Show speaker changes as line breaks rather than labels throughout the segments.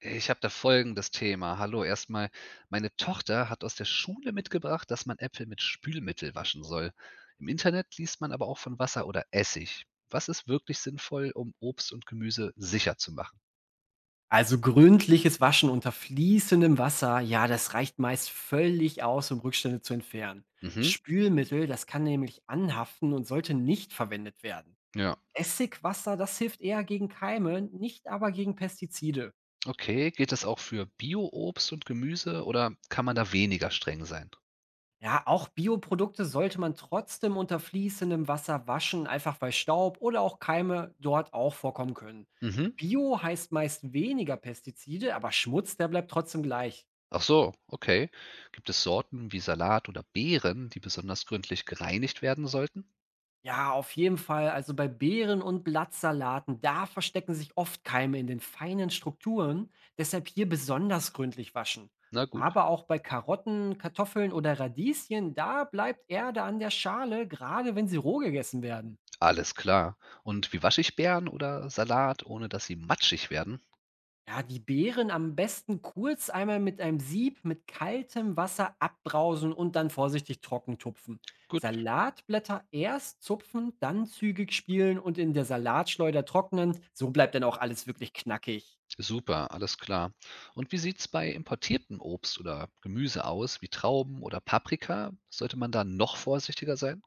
Ich habe da folgendes Thema. Hallo, erstmal. Meine Tochter hat aus der Schule mitgebracht, dass man Äpfel mit Spülmittel waschen soll. Im Internet liest man aber auch von Wasser oder Essig. Was ist wirklich sinnvoll, um Obst und Gemüse sicher zu machen?
Also gründliches Waschen unter fließendem Wasser, ja, das reicht meist völlig aus, um Rückstände zu entfernen.
Mhm,
Spülmittel, das kann nämlich anhaften und sollte nicht verwendet werden.
ja.
Essigwasser, das hilft eher gegen Keime, nicht aber gegen Pestizide.
Okay, gilt das auch für Bio-Obst und Gemüse oder kann man da weniger streng sein?
Ja, auch Bioprodukte sollte man trotzdem unter fließendem Wasser waschen, einfach weil Staub oder auch Keime dort auch vorkommen können.
Mhm.
Bio heißt meist weniger Pestizide, aber Schmutz, der bleibt trotzdem gleich.
Ach so, okay. Gibt es Sorten wie Salat oder Beeren, die besonders gründlich gereinigt werden sollten?
Ja, auf jeden Fall. Also bei Beeren und Blattsalaten, da verstecken sich oft Keime in den feinen Strukturen, deshalb hier besonders gründlich waschen.
Na gut.
Aber auch bei Karotten, Kartoffeln oder Radieschen, da bleibt Erde an der Schale, gerade wenn sie roh gegessen werden.
Alles klar. Und wie wasche ich Beeren oder Salat, ohne dass sie matschig werden?
Ja, die Beeren am besten kurz einmal mit einem Sieb mit kaltem Wasser abbrausen und dann vorsichtig trocken tupfen.
Gut.
Salatblätter erst zupfen, dann zügig spielen und in der Salatschleuder trocknen. So bleibt dann auch alles wirklich knackig.
Super, alles klar. Und wie sieht's bei importiertem Obst oder Gemüse aus, wie Trauben oder Paprika? Sollte man da noch vorsichtiger sein?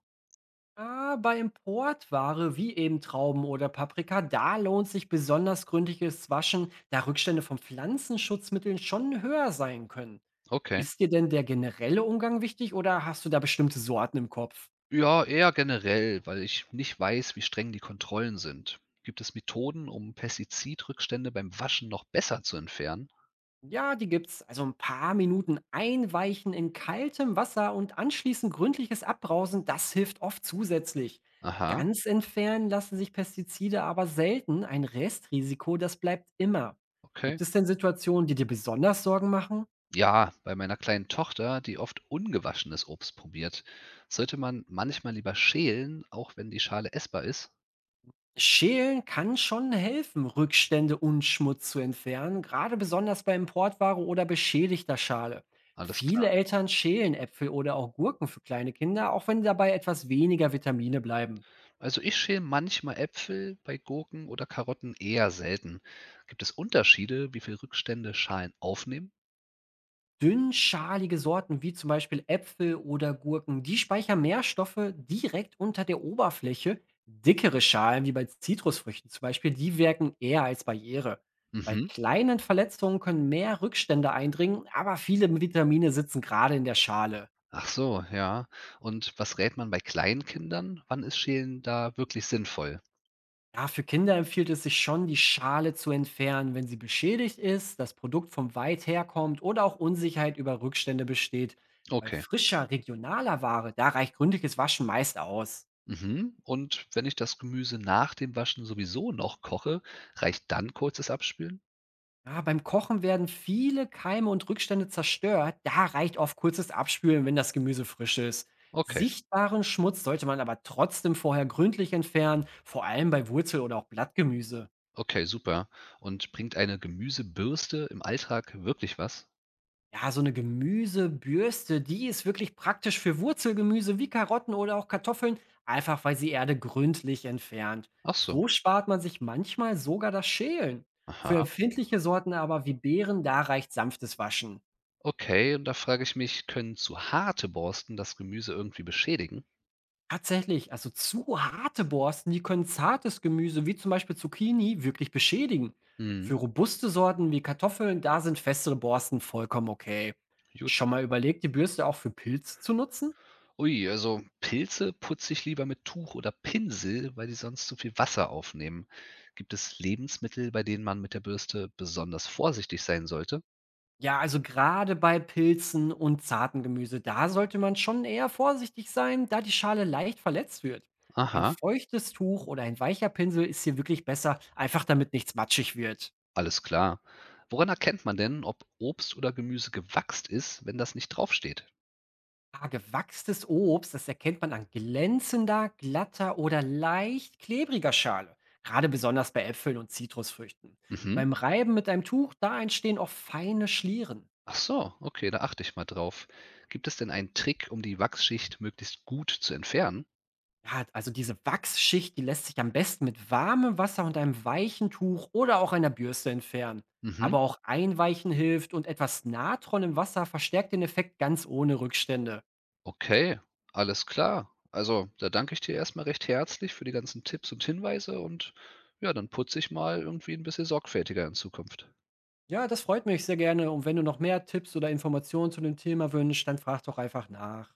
Bei Importware wie eben Trauben oder Paprika, da lohnt sich besonders gründliches Waschen, da Rückstände von Pflanzenschutzmitteln schon höher sein können.
Okay.
Ist dir denn der generelle Umgang wichtig oder hast du da bestimmte Sorten im Kopf?
Ja, eher generell, weil ich nicht weiß, wie streng die Kontrollen sind. Gibt es Methoden, um Pestizidrückstände beim Waschen noch besser zu entfernen?
Ja, die gibt's. Also ein paar Minuten einweichen in kaltem Wasser und anschließend gründliches Abbrausen, das hilft oft zusätzlich.
Aha,
Ganz entfernen lassen sich Pestizide aber selten. Ein Restrisiko, das bleibt immer.
okay.
Gibt es denn Situationen, die dir besonders Sorgen machen?
Ja, bei meiner kleinen Tochter, die oft ungewaschenes Obst probiert, sollte man manchmal lieber schälen, auch wenn die Schale essbar ist.
Schälen kann schon helfen, Rückstände und Schmutz zu entfernen, gerade besonders bei Importware oder beschädigter Schale.
Alles
Viele
klar.
Eltern schälen Äpfel oder auch Gurken für kleine Kinder, auch wenn dabei etwas weniger Vitamine bleiben.
Also ich schäle manchmal Äpfel, bei Gurken oder Karotten eher selten. Gibt es Unterschiede, wie viel Rückstände Schalen aufnehmen?
Dünnschalige Sorten wie zum Beispiel Äpfel oder Gurken, die speichern Nährstoffe direkt unter der Oberfläche. Dickere Schalen, wie bei Zitrusfrüchten zum Beispiel, die wirken eher als Barriere. Bei
Mhm.
kleinen Verletzungen können mehr Rückstände eindringen, aber viele Vitamine sitzen gerade in der Schale.
Ach so, ja. Und was rät man bei kleinen Kindern? Wann ist Schälen da wirklich sinnvoll?
Ja, für Kinder empfiehlt es sich schon, die Schale zu entfernen, wenn sie beschädigt ist, das Produkt vom weit herkommt oder auch Unsicherheit über Rückstände besteht. Bei
Okay.
frischer, regionaler Ware, da reicht gründliches Waschen meist aus.
Mhm. Und wenn ich das Gemüse nach dem Waschen sowieso noch koche, reicht dann kurzes Abspülen?
Ja, beim Kochen werden viele Keime und Rückstände zerstört. Da reicht oft kurzes Abspülen, wenn das Gemüse frisch ist.
Okay.
Sichtbaren Schmutz sollte man aber trotzdem vorher gründlich entfernen, vor allem bei Wurzel- oder auch Blattgemüse.
Okay, super. Und bringt eine Gemüsebürste im Alltag wirklich was?
Ja, so eine Gemüsebürste, die ist wirklich praktisch für Wurzelgemüse wie Karotten oder auch Kartoffeln, einfach weil sie Erde gründlich entfernt.
Ach so.
So spart man sich manchmal sogar das Schälen. Für
Aha.
empfindliche Sorten aber wie Beeren, da reicht sanftes Waschen.
Okay, und da frage ich mich, können zu harte Borsten das Gemüse irgendwie beschädigen?
Tatsächlich, also zu harte Borsten, die können zartes Gemüse wie zum Beispiel Zucchini wirklich beschädigen. Für
Mhm.
robuste Sorten wie Kartoffeln, da sind festere Borsten vollkommen okay.
Gut.
Schon mal überlegt, die Bürste auch für Pilze zu nutzen?
Ui, also Pilze putze ich lieber mit Tuch oder Pinsel, weil die sonst zu viel Wasser aufnehmen. Gibt es Lebensmittel, bei denen man mit der Bürste besonders vorsichtig sein sollte?
Ja, also gerade bei Pilzen und zarten Gemüse, da sollte man schon eher vorsichtig sein, da die Schale leicht verletzt wird. Ein
Aha,
feuchtes Tuch oder ein weicher Pinsel ist hier wirklich besser, einfach damit nichts matschig wird.
alles klar. Woran erkennt man denn, ob Obst oder Gemüse gewachst ist, wenn das nicht draufsteht?
Gewachstes Obst, das erkennt man an glänzender, glatter oder leicht klebriger Schale. Gerade besonders bei Äpfeln und Zitrusfrüchten.
Mhm.
Beim Reiben mit einem Tuch, da entstehen oft feine Schlieren.
Ach so, okay, da achte ich mal drauf. Gibt es denn einen Trick, um die Wachsschicht möglichst gut zu entfernen?
Ja, also diese Wachsschicht, die lässt sich am besten mit warmem Wasser und einem weichen Tuch oder auch einer Bürste entfernen.
Mhm.
Aber auch Einweichen hilft und etwas Natron im Wasser verstärkt den Effekt ganz ohne Rückstände.
Okay, alles klar. Also, da danke ich dir erstmal recht herzlich für die ganzen Tipps und Hinweise und ja, dann putze ich mal irgendwie ein bisschen sorgfältiger in Zukunft.
Ja, das freut mich sehr gerne. Und wenn du noch mehr Tipps oder Informationen zu dem Thema wünschst, dann frag doch einfach nach.